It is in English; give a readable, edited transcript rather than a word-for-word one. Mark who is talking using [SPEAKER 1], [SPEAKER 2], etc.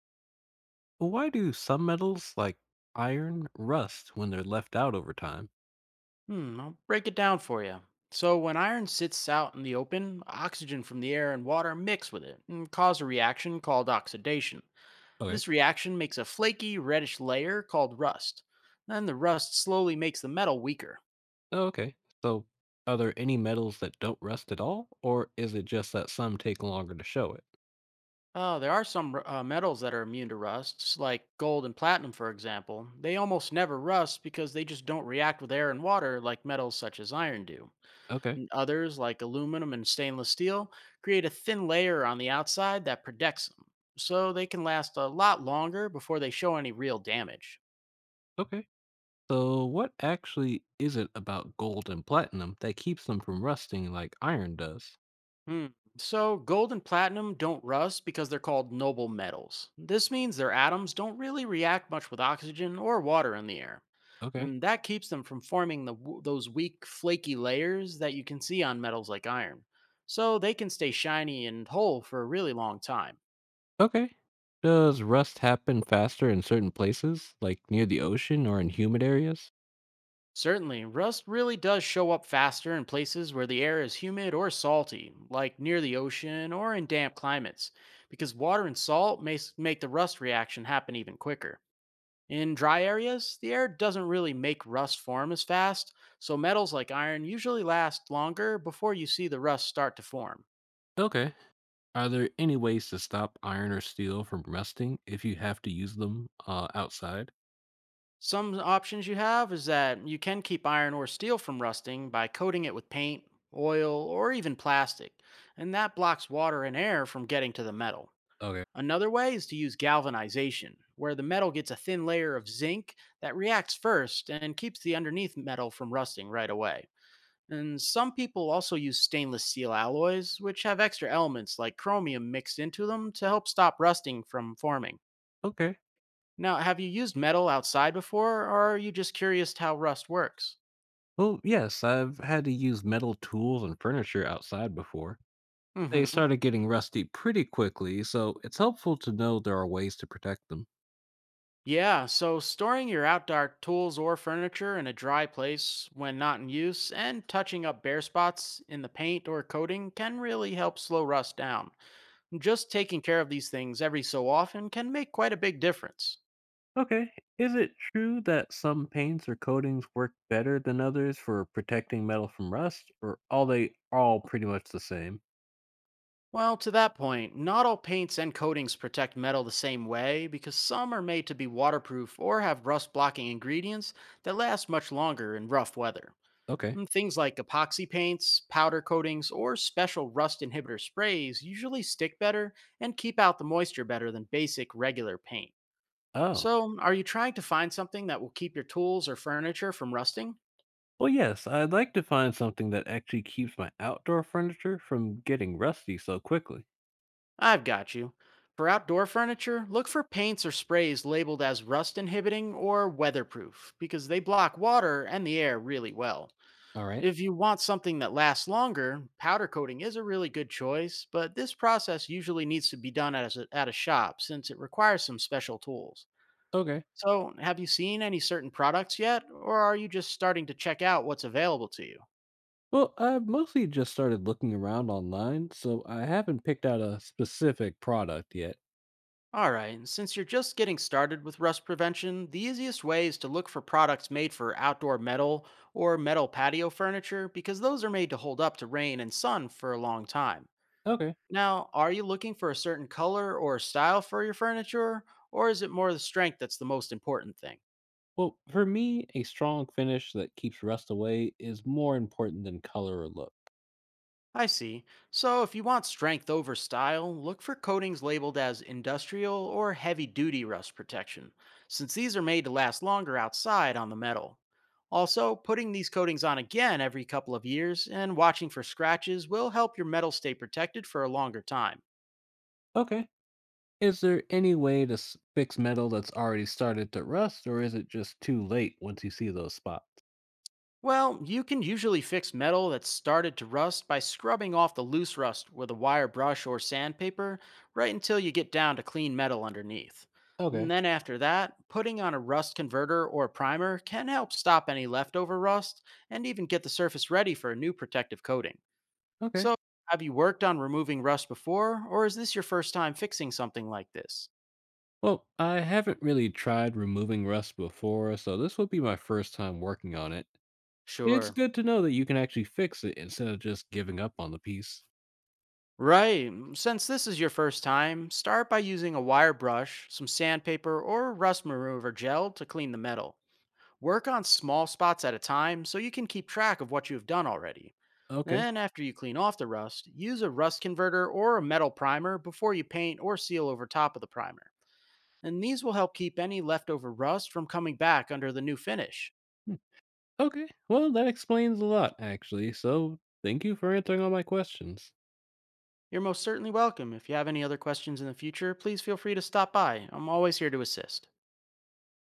[SPEAKER 1] Why do some metals like iron rust when they're left out over time?
[SPEAKER 2] Hmm, I'll break it down for you. So, when iron sits out in the open, oxygen from the air and water mix with it and cause a reaction called oxidation.
[SPEAKER 1] Okay.
[SPEAKER 2] This reaction makes a flaky, reddish layer called rust. Then the rust slowly makes the metal weaker.
[SPEAKER 1] Oh, okay. So are there any metals that don't rust at all, or is it just that some take longer to show it?
[SPEAKER 2] There are metals that are immune to rusts, like gold and platinum, for example. They almost never rust because they just don't react with air and water like metals such as iron do.
[SPEAKER 1] Okay.
[SPEAKER 2] And Others, like aluminum and stainless steel, create a thin layer on the outside that protects them, so they can last a lot longer before they show any real damage.
[SPEAKER 1] Okay. So what actually is it about gold and platinum that keeps them from rusting like iron does?
[SPEAKER 2] Hmm. So, gold and platinum don't rust because they're called noble metals. This means their atoms don't really react much with oxygen or water in the air.
[SPEAKER 1] Okay.
[SPEAKER 2] And that keeps them from forming those weak, flaky layers that you can see on metals like iron. So, they can stay shiny and whole for a really long time.
[SPEAKER 1] Okay. Does rust happen faster in certain places, like near the ocean or in humid areas?
[SPEAKER 2] Certainly, rust really does show up faster in places where the air is humid or salty, like near the ocean or in damp climates, because water and salt make the rust reaction happen even quicker. In dry areas, the air doesn't really make rust form as fast, so metals like iron usually last longer before you see the rust start to form.
[SPEAKER 1] Okay. Are there any ways to stop iron or steel from rusting if you have to use them outside?
[SPEAKER 2] Some options you have is that you can keep iron or steel from rusting by coating it with paint, oil, or even plastic, and that blocks water and air from getting to the metal.
[SPEAKER 1] Okay.
[SPEAKER 2] Another way is to use galvanization, where the metal gets a thin layer of zinc that reacts first and keeps the underneath metal from rusting right away. And some people also use stainless steel alloys, which have extra elements like chromium mixed into them to help stop rusting from forming.
[SPEAKER 1] Okay.
[SPEAKER 2] Now, have you used metal outside before, or are you just curious how rust works?
[SPEAKER 1] Well, yes, I've had to use metal tools and furniture outside before. They
[SPEAKER 2] Hmm.
[SPEAKER 1] started getting rusty pretty quickly, so it's helpful to know there are ways to protect them.
[SPEAKER 2] Yeah, so storing your outdoor tools or furniture in a dry place when not in use and touching up bare spots in the paint or coating can really help slow rust down. Just taking care of these things every so often can make quite a big difference.
[SPEAKER 1] Okay. Is it true that some paints or coatings work better than others for protecting metal from rust, or are they all pretty much the same?
[SPEAKER 2] Well, to that point, not all paints and coatings protect metal the same way because some are made to be waterproof or have rust blocking ingredients that last much longer in rough weather.
[SPEAKER 1] Okay.
[SPEAKER 2] Things like epoxy paints, powder coatings, or special rust inhibitor sprays usually stick better and keep out the moisture better than basic regular paint.
[SPEAKER 1] Oh.
[SPEAKER 2] So, are you trying to find something that will keep your tools or furniture from rusting?
[SPEAKER 1] Well, yes, I'd like to find something that actually keeps my outdoor furniture from getting rusty so quickly.
[SPEAKER 2] I've got you. For outdoor furniture, look for paints or sprays labeled as rust inhibiting or weatherproof because they block water and the air really well.
[SPEAKER 1] All right.
[SPEAKER 2] If you want something that lasts longer, powder coating is a really good choice, but this process usually needs to be done at a shop since it requires some special tools.
[SPEAKER 1] Okay.
[SPEAKER 2] So, have you seen any certain products yet, or are you just starting to check out what's available to you?
[SPEAKER 1] Well, I've mostly just started looking around online, so I haven't picked out a specific product yet.
[SPEAKER 2] Alright, and since you're just getting started with rust prevention, the easiest way is to look for products made for outdoor metal or metal patio furniture because those are made to hold up to rain and sun for a long time.
[SPEAKER 1] Okay.
[SPEAKER 2] Now, are you looking for a certain color or style for your furniture, or is it more the strength that's the most important thing?
[SPEAKER 1] Well, for me, a strong finish that keeps rust away is more important than color or look.
[SPEAKER 2] I see. So, if you want strength over style, look for coatings labeled as industrial or heavy duty rust protection, since these are made to last longer outside on the metal. Also, putting these coatings on again every couple of years and watching for scratches will help your metal stay protected for a longer time.
[SPEAKER 1] Okay. Is there any way to fix metal that's already started to rust, or is it just too late once you see those spots?
[SPEAKER 2] Well, you can usually fix metal that's started to rust by scrubbing off the loose rust with a wire brush or sandpaper right until you get down to clean metal underneath. And
[SPEAKER 1] Okay.
[SPEAKER 2] then after that, putting on a rust converter or primer can help stop any leftover rust and even get the surface ready for a new protective coating.
[SPEAKER 1] Okay.
[SPEAKER 2] So, have you worked on removing rust before, or is this your first time fixing something like this?
[SPEAKER 1] Well, I haven't really tried removing rust before, so this would be my first time working on it. It's
[SPEAKER 2] Sure.
[SPEAKER 1] good to know that you can actually fix it instead of just giving up on the piece.
[SPEAKER 2] Right. Since this is your first time, start by using a wire brush, some sandpaper, or rust remover gel to clean the metal. Work on small spots at a time so you can keep track of what you have done already.
[SPEAKER 1] Okay.
[SPEAKER 2] Then, after you clean off the rust, use a rust converter or a metal primer before you paint or seal over top of the primer. And these will help keep any leftover rust from coming back under the new finish.
[SPEAKER 1] Hmm. Okay. Well, that explains a lot, actually, so thank you for answering all my questions.
[SPEAKER 2] You're most certainly welcome. If you have any other questions in the future, please feel free to stop by. I'm always here to assist.